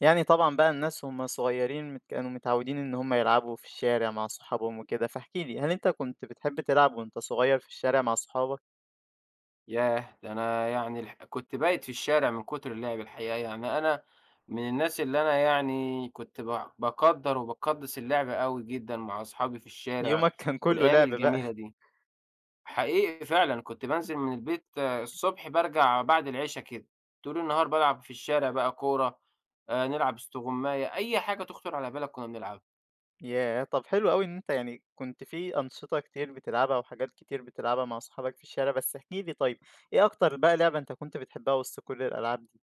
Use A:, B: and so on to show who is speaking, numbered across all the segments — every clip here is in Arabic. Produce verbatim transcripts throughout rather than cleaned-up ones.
A: يعني طبعًا بقى الناس وهُم صغيّرين مت كانوا متعوّدين إن هُم يلعبوا في الشارع مع صحابهم وكده، فاحكِ لي هل أنت كنت بتحب تلعب وأنت صغيّر في الشارع مع صحابك؟
B: ياه! ده أنا يعني الح كنت بايت في الشارع من كتر اللعب الحقيقة، يعني أنا من الناس اللي أنا يعني كنت ب باقدّر وباقدّس اللعب أوي جدًا مع أصحابي في الشارع،
A: يومك كان كلّه
B: والأيام
A: لعب بقى.
B: الجميلة دي. حقيقي فعلًا كنت بانزل من البيت آه، الصبح بارجع بعد العشا كده، طول النهار بالعب في الشارع بقى كورة، آآ نلعب استغماية، أي حاجة تخطر على بالك كنا بنلعبها.
A: ياه! طب حلو أوي إن أنت يعني كنت في أنشطة كتير بتلعبها وحاجات كتير بتلعبها مع صحابك في الشارع، بس احكِ لي طيب إيه أكتر بقى لعبة أنت كنت بتحبها وسط كل الألعاب دي؟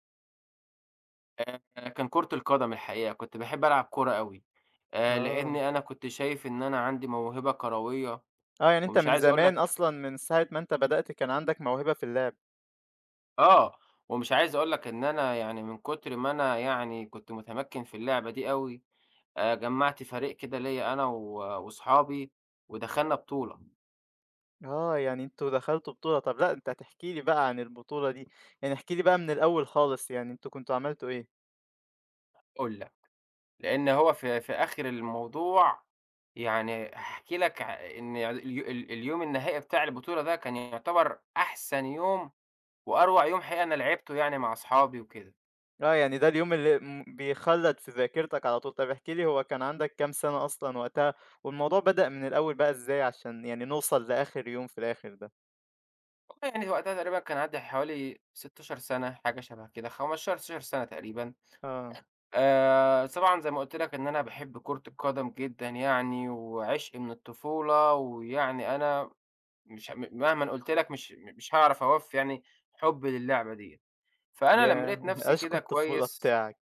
B: آآ كان كرة القدم الحقيقة، كنت باحب ألعب كورة أوي، آآ
A: آه،
B: لإني أنا كنت شايف إن أنا عندي موهبة كروية،
A: آه يعني أنت
B: ومش
A: من
B: عايز أقول
A: زمان
B: لك
A: أصلًا من ساعة ما أنت بدأت كان عندك موهبة في اللعب.
B: آه، ومش عايز أقول لك إن أنا يعني من كتر ما أنا يعني كنت متمكن في اللعبة دي أوي، آآ جمّعت فريق كده ليّا أنا و وأصحابي ودخلنا بطولة
A: آه، يعني أنتم دخلتوا بطولة، طب لأ أنت هتحكي لي بقى عن البطولة دي، يعني احكِ لي بقى من الأول خالص، يعني أنتم كنتم عملتوا إيه؟
B: قُلّة، لإن هو في في آخر الموضوع يعني هاحكي لك ع إن اليو ال اليوم النهائي بتاع البطولة ده كان يعتبر أحسن يوم وأروع يوم حقيقة أنا لعبته يعني مع أصحابي وكده،
A: آه، يعني ده اليوم اللي م بيخلّد في ذاكرتك على طول، طب احكِ لي هو كان عندك كام سنة أصلًا وقتها، والموضوع بدأ من الأول بقى إزاي عشان يعني نوصل لآخر يوم في الآخر ده؟
B: والله يعني وقتها تقريبًا كان عندي حوالي ستة عشر سَنة حاجة شبه كده، خمسة عشر، ستة عشر سَنة تقريبًا.
A: آه،
B: آآ، طبعًا زي ما قُلت لك إن أنا باحب كرة القدم جدًا يعني، وعشق من الطفولة، ويعني أنا مش ه مهمًا قُلت لك مش مش هاعرف أوفّي يعني حُبّي للعبة ديّة، فأنا لمّا
A: ياه!
B: لقيت نفسي
A: عشق
B: كده
A: الطفولة
B: كويس.
A: بتاعك.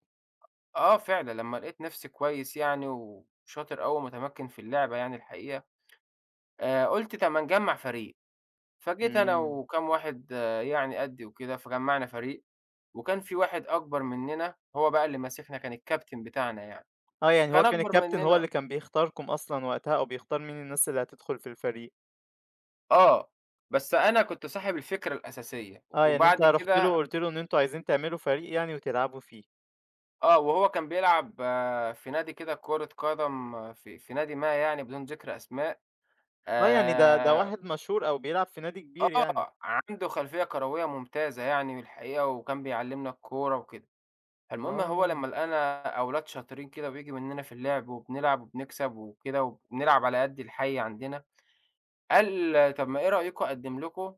B: آه فعلًا، لمّا لقيت نفسي كويس يعني وشاطر أوي ومتمكن في اللعبة يعني الحقيقة، آآ، قُلت طب ما نجمّع فريق، فجيت أنا
A: إمم.
B: وكام واحد آه يعني قدّي وكده، فجمّعنا فريق، وكان في واحد أكبر مننا هو بقى اللي ماسكنا كان الكابتن بتاعنا يعني،
A: آه، يعني هو
B: كان
A: كان
B: أكبر
A: الكابتن هو
B: مننا
A: اللي كان بيختاركم أصلًا وقتها أو بيختار مين الناس اللي هتدخل في الفريق،
B: آه، بس أنا كنت صاحب الفكرة الأساسية،
A: آه، يعني أنت
B: وبعد
A: رُحت له
B: كده
A: وقُلت له إن أنتم عايزين تعملوا فريق يعني وتلعبوا فيه.
B: آه، وهو كان بيلعب آه، في نادي كده كرة قدم آه، في في نادي ما يعني بدون ذكر أسماء،
A: آه، يعني ده ده
B: آآ،
A: واحد مشهور أو بيلعب في نادي كبير يعني.
B: آه، عنده خلفية كروية ممتازة يعني الحقيقة، وكان بيعلّمنا الكورة وكده، فالمهم هو
A: آه،
B: لمّا لقانا أولاد شاطرين كده بييجي مننا في اللعب، وبنلعب وبنكسب وكده، وبنلعب على قد الحي عندنا. قال طب ما إيه رأيكم أقدّم لكم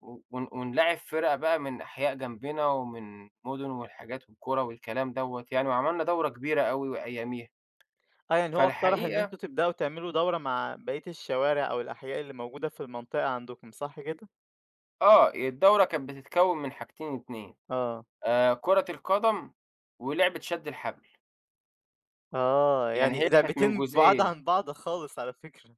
B: و ون ونلاعب فرق بقى من أحياء جنبنا ومن مدن والحاجات والقرى والكلام دوّة يعني، وعملنا دورة كبيرة أوي أياميها.
A: آه، يعني هو اقترح إن
B: فالحقيقة
A: أنتم تبدأوا تعملوا دورة مع بقية الشوارع أو الأحياء اللي موجودة في المنطقة عندكم، صح كده؟
B: آه، الدورة كانت بتتكوّن من حاجتين، اتنين
A: آه،
B: آآ كرة القدم ولعبة شَد الحبل،
A: آه،
B: يعني
A: يعني
B: هي كانت من
A: لعبتين بعاد
B: جزئين.
A: عن بعض خالص على فكرة.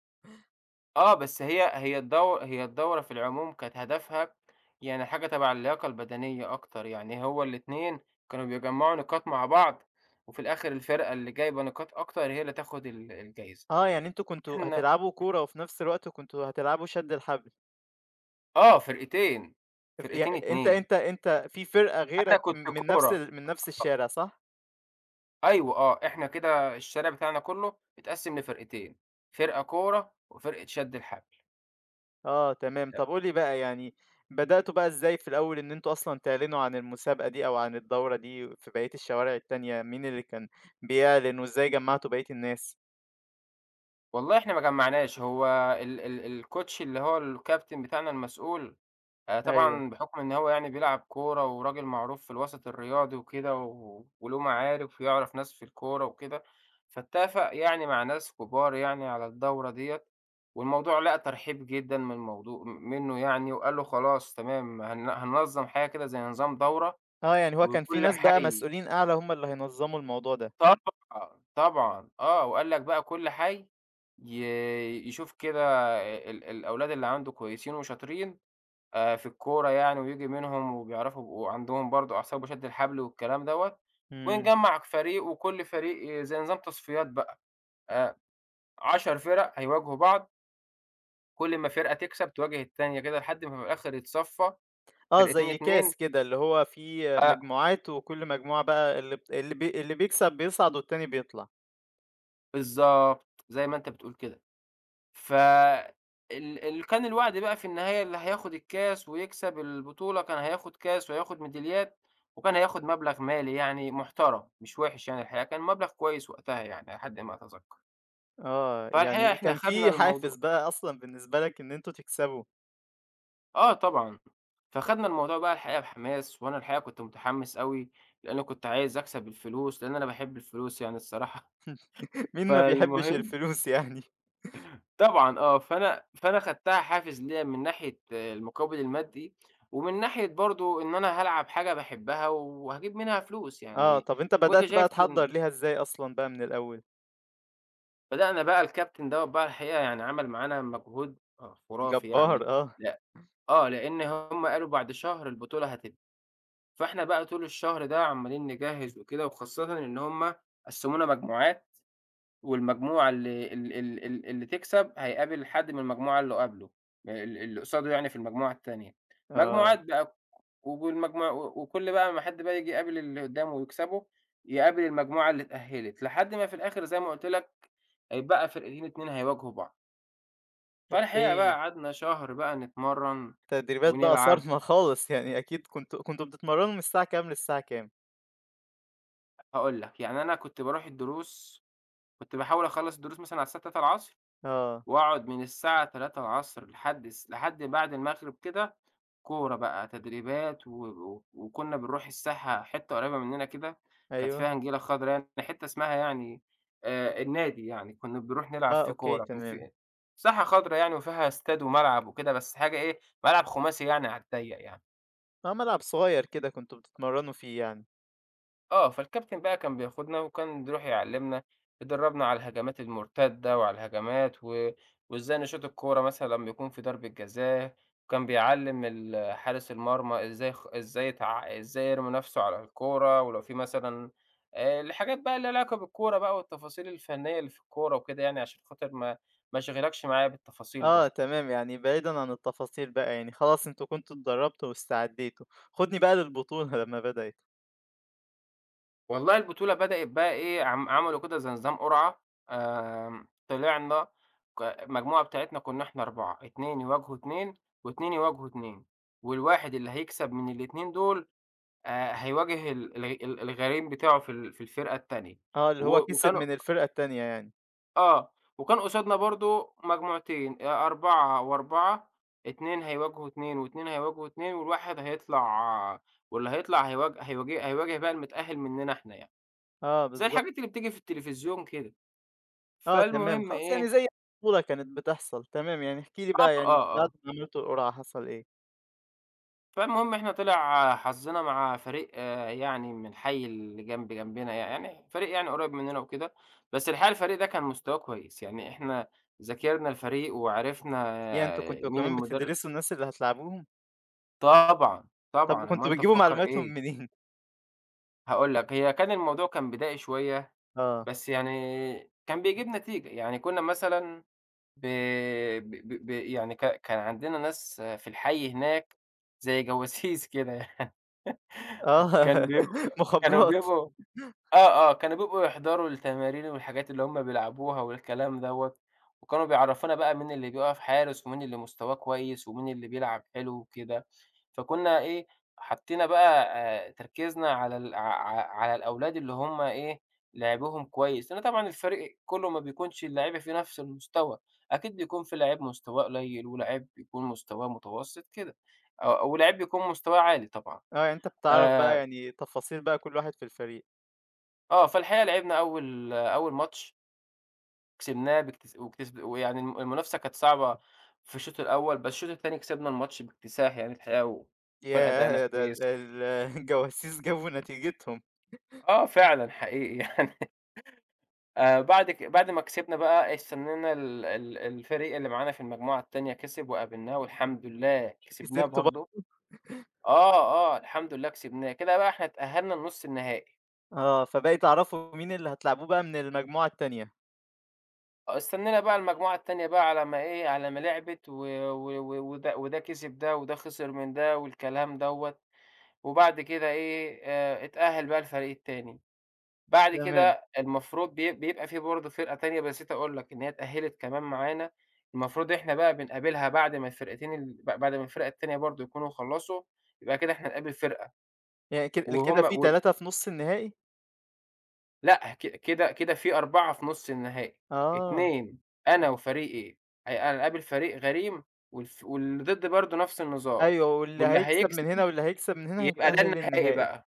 B: آه، بس هي هي الدو هي الدورة في العموم كانت هدفها يعني حاجة تبع اللياقة البدنية أكتر، يعني هو الاتنين كانوا بيجمّعوا نقاط مع بعض، وفي الآخر الفرقة اللي جايبة نقاط أكتر هي اللي تاخد ال الجايزة.
A: آه، يعني أنتم كنتم
B: إحنا
A: هتلعبوا كورة وفي نفس الوقت كنتم هتلعبوا شد الحبل.
B: آه، فرقتين،
A: ف ي
B: فرقتين
A: أنت
B: اتنين،
A: أنت أنت في فرقة
B: أنا
A: غيرك م
B: كنت
A: من نفس
B: كورة
A: ال من نفس
B: آه،
A: الشارع، صح؟
B: أيوه آه، إحنا كده الشارع بتاعنا كلّه اتقسّم لفرقتين، فرقة كورة وفرقة شد الحبل.
A: آه تمام، طب قُل لي بقى يعني بدأتوا بقى إزاي في الأول إن أنتم أصلًا تعلنوا عن المسابقة دي أو عن الدورة دي في بقية الشوارع التانية، مين اللي كان بيعلن وإزاي جمّعتوا بقية الناس؟
B: والله إحنا ما جمّعناش، هو ال ال الكوتش اللي هو الكابتن بتاعنا المسؤول آآ
A: أيوه،
B: طبعًا بحُكم إن هو يعني بيلعب كورة وراجل معروف في الوسط الرياضي وكده و وله معارف ويعرف ناس في الكورة وكده، فاتّفق يعني مع ناس كبار يعني على الدورة ديّة، والموضوع لقى ترحيب جدًا من الموضوع م منّه يعني وقال له: "خلاص تمام هن هننظّم حاجة كده زي نظام دورة
A: آه يعني هو كان في
B: وكل
A: ناس بقى
B: حَي".
A: مسؤولين أعلى هم اللي هينظموا الموضوع ده.
B: طبعًا، طبعًا آه، وقال لك بقى كل حَي ي يشوف كده ال ال الأولاد اللي عنده كويسين وشاطرين آآ في الكورة يعني وييجي منهم وبيعرفوا يبقوا عندهم برضه أعصاب وشد الحبل والكلام دوّة،
A: إمم.
B: ونجمّع فريق وكل فريق زي نظام تصفيات بقى، آآ عشر فرق هيواجهوا بعض، كل ما فرقة تكسب تواجه التانية كده لحد ما في الآخر يتصفّى
A: آه
B: فرقتين،
A: زي
B: اتنين
A: كاس كده اللي هو فيه
B: آه
A: مجموعات وكل مجموعة بقى اللي بت اللي بي اللي بيكسب بيصعد والتاني بيطلع،
B: بالضبط، زي ما أنت بتقول كده. ف ال اللي كان الوعد بقى في النهاية اللي هياخد الكاس ويكسب البطولة كان هياخد كاس وهياخد ميداليات، وكان هياخد مبلغ مالي يعني محترم، مش وِحِش يعني الحقيقة، كان مبلغ كويس وقتها يعني على حد ما أتذكّر.
A: آه
B: فالحقيقة
A: يعني
B: إحنا
A: كان
B: خدنا
A: في
B: الموضوع
A: حافز بقى أصلًا بالنسبة لك إن أنتم تكسبوا.
B: آه طبعًا. فخدنا الموضوع بقى الحقيقة بحماس، وأنا الحقيقة كنت متحمس أوي، لإنّي كنت عايز أكسب الفلوس، لإن أنا باحب الفلوس يعني الصراحة.
A: مين ما بيحبش
B: فالمهم
A: الفلوس يعني؟
B: طبعًا آه، فأنا فأنا خدتها حافز ليّا من ناحية المقابل المادي، ومن ناحية برضه إن أنا هالعب حاجة باحبها وهاجيب منها فلوس،
A: آه،
B: يعني
A: طب أنت
B: كنت
A: بدأت
B: شايف
A: بقى تحضّر
B: إن
A: ليها إزاي أصلًا بقى من الأول؟
B: بدأنا بقى الكابتن دوّة بقى الحقيقة يعني عمل معانا مجهود خرافي
A: جبار
B: يعني،
A: آه،
B: لأ آه، لإن هم قالوا بعد شهر البطولة هتبدأ، فإحنا بقى طول الشهر ده عمّالين نجهّز وكده، وخاصةً إن هم قسّمونا مجموعات. والمجموعة اللي ال ال ال اللي تكسب هيقابل حد من المجموعة اللي قبله، ال اللي قصاده يعني في المجموعة التانية،
A: آه،
B: مجموعات بقى والمجموع وكل بقى ما حد بقى ييجي يقابل اللي قدامه ويكسبه، يقابل المجموعة اللي اتأهلت، لحد ما في الآخر زي ما قُلت لك هيتبقى فرقتين اتنين هيواجهوا بعض، فالحقيقة بقى
A: أوكي،
B: قعدنا شهر بقى نتمرّن
A: تدريبات بقى
B: ونلعب،
A: صارمة خالص يعني أكيد كنتم كنتم بتتمرّنوا من الساعة كام للساعة كام؟
B: هاقول لك يعني أنا كنت باروح الدروس كنت باحاول أخلّص الدروس مثلًا على الساعة تلاتة
A: آه،
B: واقعد من الساعة تلاتة لحد الس لحد بعد المغرب كده كورة بقى، تدريبات و و وكُنّا بنروح الساحة حتّة قريّبة مننا كده، كانت
A: أيوه،
B: فيها نجيلة خضرا يعني حتّة اسمها يعني آآ النادي يعني، كُنّا بنروح نلعب
A: آه،
B: فيه
A: أوكي
B: كورة، كان
A: تمام،
B: في ساحة خضرا يعني وفيها استاد وملعب وكده، بس حاجة إيه، ملعب خُماسي يعني على الضيّق يعني.
A: آه، ملعب صغيّر كده كنتم بتتمرّنوا فيه يعني،
B: آه، فالكابتن بقى كان بياخدنا وكان بيروح يعلّمنا، يدرّبنا على الهجمات المرتدة وعلى الهجمات و وإزاي نشوط الكورة مثلًا لمّا يكون في ضربة جزاء، وكان بيعلّم ال حارس المرمى إزاي يخ إزاي يتع إزاي يرمي نَفْسه على الكورة، ولو في مثلًا آآ الحاجات بقى اللي ليها علاقة بالكورة بقى والتفاصيل الفنية اللي في الكورة وكده يعني عشان خاطر ما ما أشغِلكش معايا بالتفاصيل
A: آه،
B: برضه.
A: تمام يعني بعيدًا عن التفاصيل بقى يعني خلاص أنتم كنتم اتدرّبتوا واستعديتوا، خُدني بقى للبطولة لمّا بدأت،
B: والله البطولة بدأت بقى إيه، عم عملوا كده زي نظام قرعة، آمم، طلعنا ك المجموعة بتاعتنا كنا إحنا أربعة، اتنين يواجهوا اتنين و2 يواجهوا اتنين، والواحد اللي هيكسب من الاتنين دول آآ، هيواجه ال الغ ال الغريم بتاعه في ال في الفرقة التانية،
A: آه، اللي هو
B: و
A: كسب
B: وكانوا
A: من الفرقة التانية يعني،
B: آه، وكان قصادنا برضه مجموعتين آآ، أربعة و4، اتنين هيواجهوا اتنين و2 هيواجهوا اتنين والواحد هيطلع واللي هيطلع هيواج هيواج هيواجه بقى المتأهل مننا إحنا يعني.
A: آه،
B: زي
A: بالضبط.
B: الحاجات اللي بتيجي في التلفزيون كده.
A: آه تمام،
B: فالمهم
A: خلاص يعني
B: إيه
A: زي الطفولة كانت بتحصل، تمام، يعني احكِ لي
B: آه،
A: بقى يعني
B: آه،
A: بعد
B: آه.
A: ما عملتوا القرعة حصل إيه؟
B: فالمهم إحنا طلع حظّنا مع فريق آه، يعني من الحي اللي جنب جنبنا يعني فريق يعني قريب مننا وكده، بس الحقيقة الفريق ده كان مستواه كويس، يعني إحنا ذاكرنا الفريق وعرفنا
A: ياه! أنتم
B: آه،
A: كنتم
B: مين
A: كمان
B: المدرب.
A: بتدرسوا الناس اللي هتلاعبوهم؟
B: طبعًا،
A: طب
B: طبعًا، أومال
A: كنتم
B: أنت
A: بتجيبوا
B: مفكّر
A: معلوماتهم
B: إيه؟
A: منين؟
B: هاقول لك، هي كان الموضوع كان بدائي شوية،
A: آه،
B: بس يعني كان بيجيب نتيجة، يعني كُنّا مثلًا ب ب ب ب يعني ك كان عندنا ناس في الحي هناك زي جواسيس كده يعني، كان
A: آه
B: بيبقوا كانوا
A: مخابرات،
B: بيبقوا آه، آه، كانوا بيبقوا يحضروا التمارين والحاجات اللي هُم بيلعبوها والكلام دوّة، وكانوا بيعرّفونا بقى مين اللي بيقف حارس ومين اللي مستواه كويس ومين اللي بيلعب حلو وكده، فكنا إيه، حطينا بقى آآ تركيزنا على ال ع ع على الأولاد اللي هُم إيه، لعبهم كويس، لإن طبعًا الفريق كُلّه ما بيكونش اللعيبة في نفس المستوى، أكيد بيكون في لعيب مستواه قليل ولاعيب بيكون مستواه متوسط كده، آه، ولعيب بيكون مستواه عالي طبعًا،
A: آه يعني أنت بتعرف بقى
B: آآ
A: يعني تفاصيل بقى كل واحد في الفريق،
B: آه، فالحقيقة لعبنا أول أول ماتش كسبناه باكتس واكتسب ويعني الم المنافسة كانت صعبة في الشوط الأول، بس الشوط التاني كسبنا الماتش باكتساح يعني الحقيقة وكان أداءنا
A: ياه! ده ال
B: كويس.
A: الجواسيس جابوا نتيجتهم،
B: آه فعلًا حقيقي يعني آآ بعد ك بعد ما كسبنا بقى استنينا ال ال الفريق اللي معانا في المجموعة التانية كسب وقابلناه والحمد لله كسبناه
A: كسبتوا بقى
B: برضه. آه، آه الحمد لله كسبناه، كده بقى إحنا اتأهلنا لنُص النهائي.
A: آه، فبقى تعرفوا مين اللي هتلاعبوه بقى من المجموعة التانية،
B: آه، استنينا بقى المجموعة التانية بقى على ما إيه، على ما لعبت و و و وده وده كسب ده وده خسر من ده والكلام دوّة. وبعد كده إيه، آآ اتأهّل بقى الفريق التاني. بعد
A: تمام،
B: كده المفروض بي بيبقى في برضه فرقة تانية بس نسيت أقول لك إن هي اتأهّلت كمان معانا، المفروض إحنا بقى بنقابلها بعد ما الفرقتين ال ب بعد ما الفرقة التانية برضه يكونوا خلّصوا، يبقى كده إحنا نقابل فرقة
A: يعني كد كده
B: وهُم
A: في
B: وال
A: ثلاث في نُص النهائي؟
B: لأ، ك كده كده في أربعة في نُص النهائي،
A: آه.
B: اتنين أنا وفريقي هي هنقابل فريق غريم والف واللي ضدي برضه نفس النظام،
A: أيوه، واللي
B: واللي
A: هيكسب من
B: هيكسب
A: هنا واللي هيكسب من هنا
B: يبقى ده
A: هيتأهّل
B: النهائي
A: للنهائي.
B: بقى.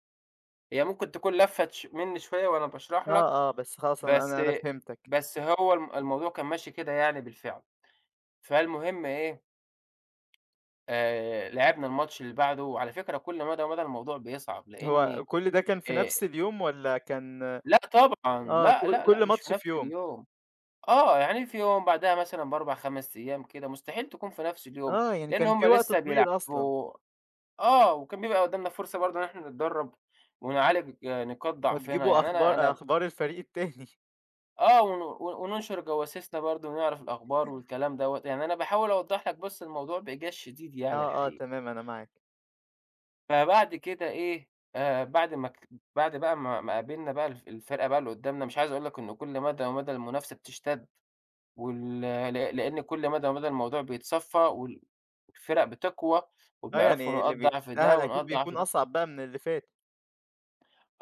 B: هي ممكن تكون لفّت ش منّي شوية وأنا باشرح
A: آه،
B: لك،
A: آه، بس خلاص أنا
B: بس
A: أنا أنا فهمتك.
B: بس هو الم الموضوع كان ماشي كده يعني بالفعل. فالمهم إيه، آآ لعبنا الماتش اللي بعده، وعلى فكرة كل مدى ومدى الموضوع بيصعب،
A: هو
B: لإني
A: كل ده كان في
B: آآ
A: نفس اليوم والّا كان
B: لأ طبعًا،
A: آه،
B: لأ،
A: كل
B: لأ، لأ،
A: كل
B: مش في
A: ماتش
B: نَفْس
A: في يوم.
B: اليوم. آه، يعني في يوم بعدها مثلًا ب4، خمست أيام كده، مستحيل تكون في نَفْس اليوم،
A: آه، يعني
B: لإن
A: كان
B: هم
A: في وقت
B: لسه
A: طويل أصلًا
B: بيلعبوا آه، وكان بيبقى قُدّامنا فرصة برضه إن إحنا نتدرّب ونعالج آه، نقاط ضعفنا،
A: وتجيبوا
B: يعني أنا
A: أخبار
B: أنا
A: أخبار الفريق التاني.
B: آه، ون ون- وننشر جواسيسنا برضه ونعرف الأخبار والكلام دوّة، يعني أنا باحاول أوضّح لك بس الموضوع بإيجاز شديد يعني
A: آه، آه،
B: الحقيقة.
A: تمام أنا معاك.
B: فبعد كده إيه، آآ بعد ما ك بعد بقى ما ما قابلنا بقى الف الفرقة بقى اللي قدّامنا، مش عايز أقول لك إن كل مدى ومدى المنافسة بتشتد، وال لأ لإن كل مدى ومدى الموضوع بيتصفّى وال والفرق بتقوى
A: آه،
B: وبيعرفوا
A: يعني اللي
B: نقاط ضعف
A: بيتأهّل
B: ده ونقاط
A: أكيد
B: ضعف
A: بيكون
B: ده.
A: أصعب بقى من اللي فات.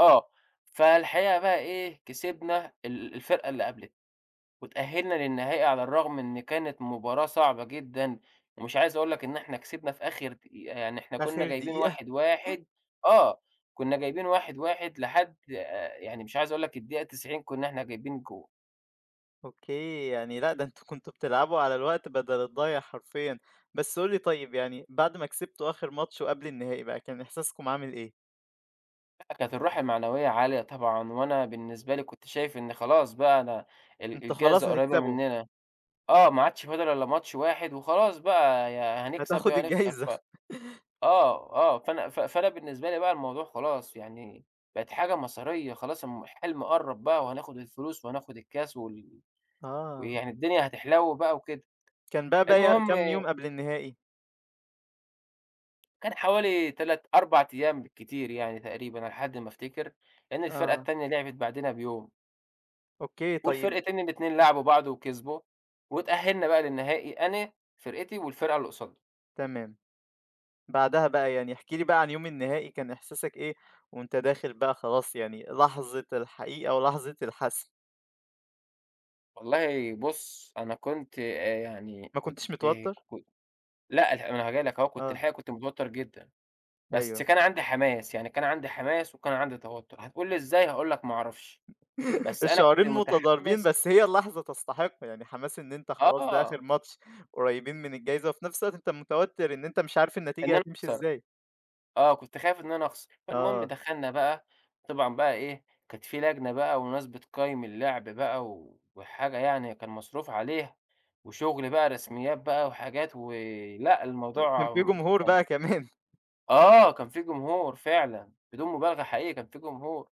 B: آه، فالحقيقة بقى إيه، كسبنا ال الفرقة اللي قبل واتأهلنا للنهائي على الرغم إن كانت مباراة صعبة جدًا، ومش عايز أقول لك إن إحنا كسبنا في آخر دقيقة، يعني إحنا كنا
A: آخر
B: جايبين
A: دقيقة!
B: واحد واحد. آه، كنا جايبين واحد واحد لحد آآ، يعني مش عايز أقول لك الدقيقة تسعين كنا إحنا جايبين جون،
A: أوكي، يعني لأ، ده أنتم كنتم بتلعبوا على الوقت بدل الضايع حرفيًا. بس قُل لي طيب يعني بعد ما كسبتوا آخر ماتش وقبل النهائي بقى، كان إحساسكم عامل إيه؟
B: كانت الروح المعنوية عالية طبعًا، وأنا بالنسبة لي كنت شايف إن خلاص بقى أنا ال
A: أنت
B: الجايزة
A: خلاص
B: قريبة
A: هتكسبه،
B: مننا، آه، ما عادش فاضل إلا ماتش واحد وخلاص بقى يا هنكسب
A: هتاخد
B: يا هنخسر
A: الجايزة.
B: ف آه، آه، فأنا ف فأنا بالنسبة لي بقى الموضوع خلاص يعني بقت حاجة مصيرية خلاص الم الحلم قرّب بقى وهناخد الفلوس وهناخد الكاس وال
A: آه،
B: ويعني الدنيا هتحلو بقى وكده،
A: كان بقى باقي
B: المهم
A: كام يوم قبل النهائي؟
B: كان حوالي تلاتة أربعة أيام بالكتير يعني تقريبًا على حد ما أفتكر، لإن الفرقة
A: آه،
B: التانية لعبت بعدنا بيوم،
A: أوكي طيب
B: والفرقتين الاتنين لعبوا بعض وكسبوا، واتأهلنا بقى للنهائي أنا فرقتي والفرقة اللي قصادنا،
A: تمام، بعدها بقى يعني احكِ لي بقى عن يوم النهائي كان إحساسك إيه وأنت داخل بقى خلاص يعني لحظة الحقيقة ولحظة الحسم،
B: والله بُص أنا كنت آآ يعني
A: ما
B: كنت
A: كنتش متوتر؟
B: ك لأ الح ما أنا جاي لك أهو، كنت
A: آه،
B: الحقيقة كنت متوتر جدًا. بس
A: أيوه.
B: كان عندي حماس، يعني كان عندي حماس وكان عندي توتر، هتقول لي إزاي هاقول لك ما أعرفش، بس أنا كنت
A: الشعورين متضاربين
B: متحمس
A: بس هي اللحظة تستحق، يعني حماس إن أنت خلاص ده آخر
B: آه،
A: ماتش قريبين من الجايزة وفي نفس الوقت أنت متوتر إن أنت مش عارف
B: إن
A: النتيجة
B: أنا
A: هتمشي
B: أخسر،
A: إزاي،
B: آه، كنت خايف إن أنا أخسر، فالمهم
A: آه،
B: دخلنا بقى طبعًا بقى إيه، كانت في لجنة بقى وناس بتقيّم اللعب بقى و وحاجة يعني كان مصروف عليها، وشغل بقى رسميات بقى وحاجات ولأ
A: وكان
B: الموضوع
A: في جمهور
B: كان
A: بقى كمان.
B: آه، كان في جمهور فعلًا، بدون مبالغة حقيقي كان في جمهور،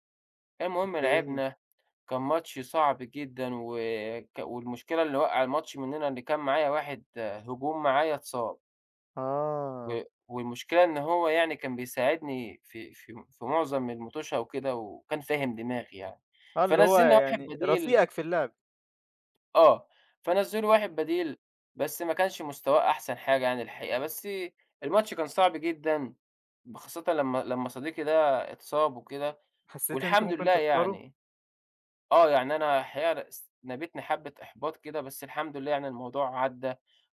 B: المهم
A: أوكي.
B: لعبنا كان ماتش صعب جدًا وك والمشكلة اللي وقّع الماتش مننا إن كان معايا واحد آه، هجوم معايا اتصاب،
A: آه،
B: و والمشكلة إن هو يعني كان بيساعدني في في في معظم المُطوشة وكده وكان فاهم دماغي يعني،
A: آه اللي هو
B: فنزّلنا واحد
A: يعني
B: بديل
A: رفيقك في اللعب،
B: آه، فنزّلوا واحد بديل بس ما كانش مستواه أحسن حاجة يعني الحقيقة، بس الماتش كان صعب جدًا، خاصةً لمّا لمّا صديقي ده اتصاب وكده
A: حسيت إن أنتم
B: والحمد
A: ممكن
B: لله
A: تخسروا
B: يعني. آه، يعني أنا الحقيقة س نابتني حبّة إحباط كده، بس الحمد لله يعني الموضوع عدّى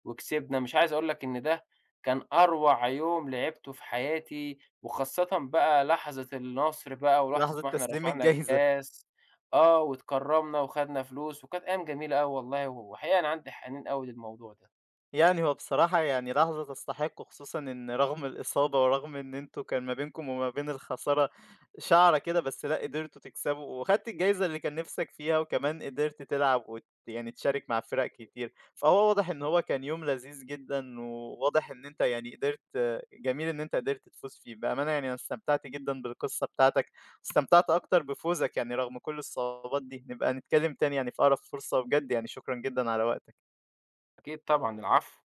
B: وكسبنا، مش عايز أقول لك إن ده كان أروع يوم لعبته في حياتي، وخاصةً بقى لحظة النصر بقى ولحظة
A: لحظة
B: ما إحنا
A: تسليم
B: رفعنا
A: الجايزة.
B: الكاس آه، واتكرّمنا وخدنا فلوس وكانت أيام جميلة أوي والله، وحقيقة أنا عندي حنين أوي للموضوع ده.
A: يعني هو بصراحة يعني لحظة تستحق، خصوصًا إن رغم الإصابة ورغم إن أنتم كان ما بينكم وما بين الخسارة شعرة كده، بس لأ قدرتوا تكسبوا وخدت الجايزة اللي كان نِفْسك فيها، وكمان قدرت تلعب وت يعني تشارك مع فرق كتير، فهو واضح إن هو كان يوم لذيذ جدًا، وواضح إن أنت يعني قدرت جميل إن أنت قدرت تفوز فيه، بأمانة يعني أنا استمتعت جدًا بالقصة بتاعتك، استمتعت أكتر بفوزك يعني رغم كل الصعوبات دي، نبقى نتكلم تاني يعني في أقرب فرصة، وبجد يعني شكرًا جدًا على وقتك.
B: أكيد طبعًا، العفو.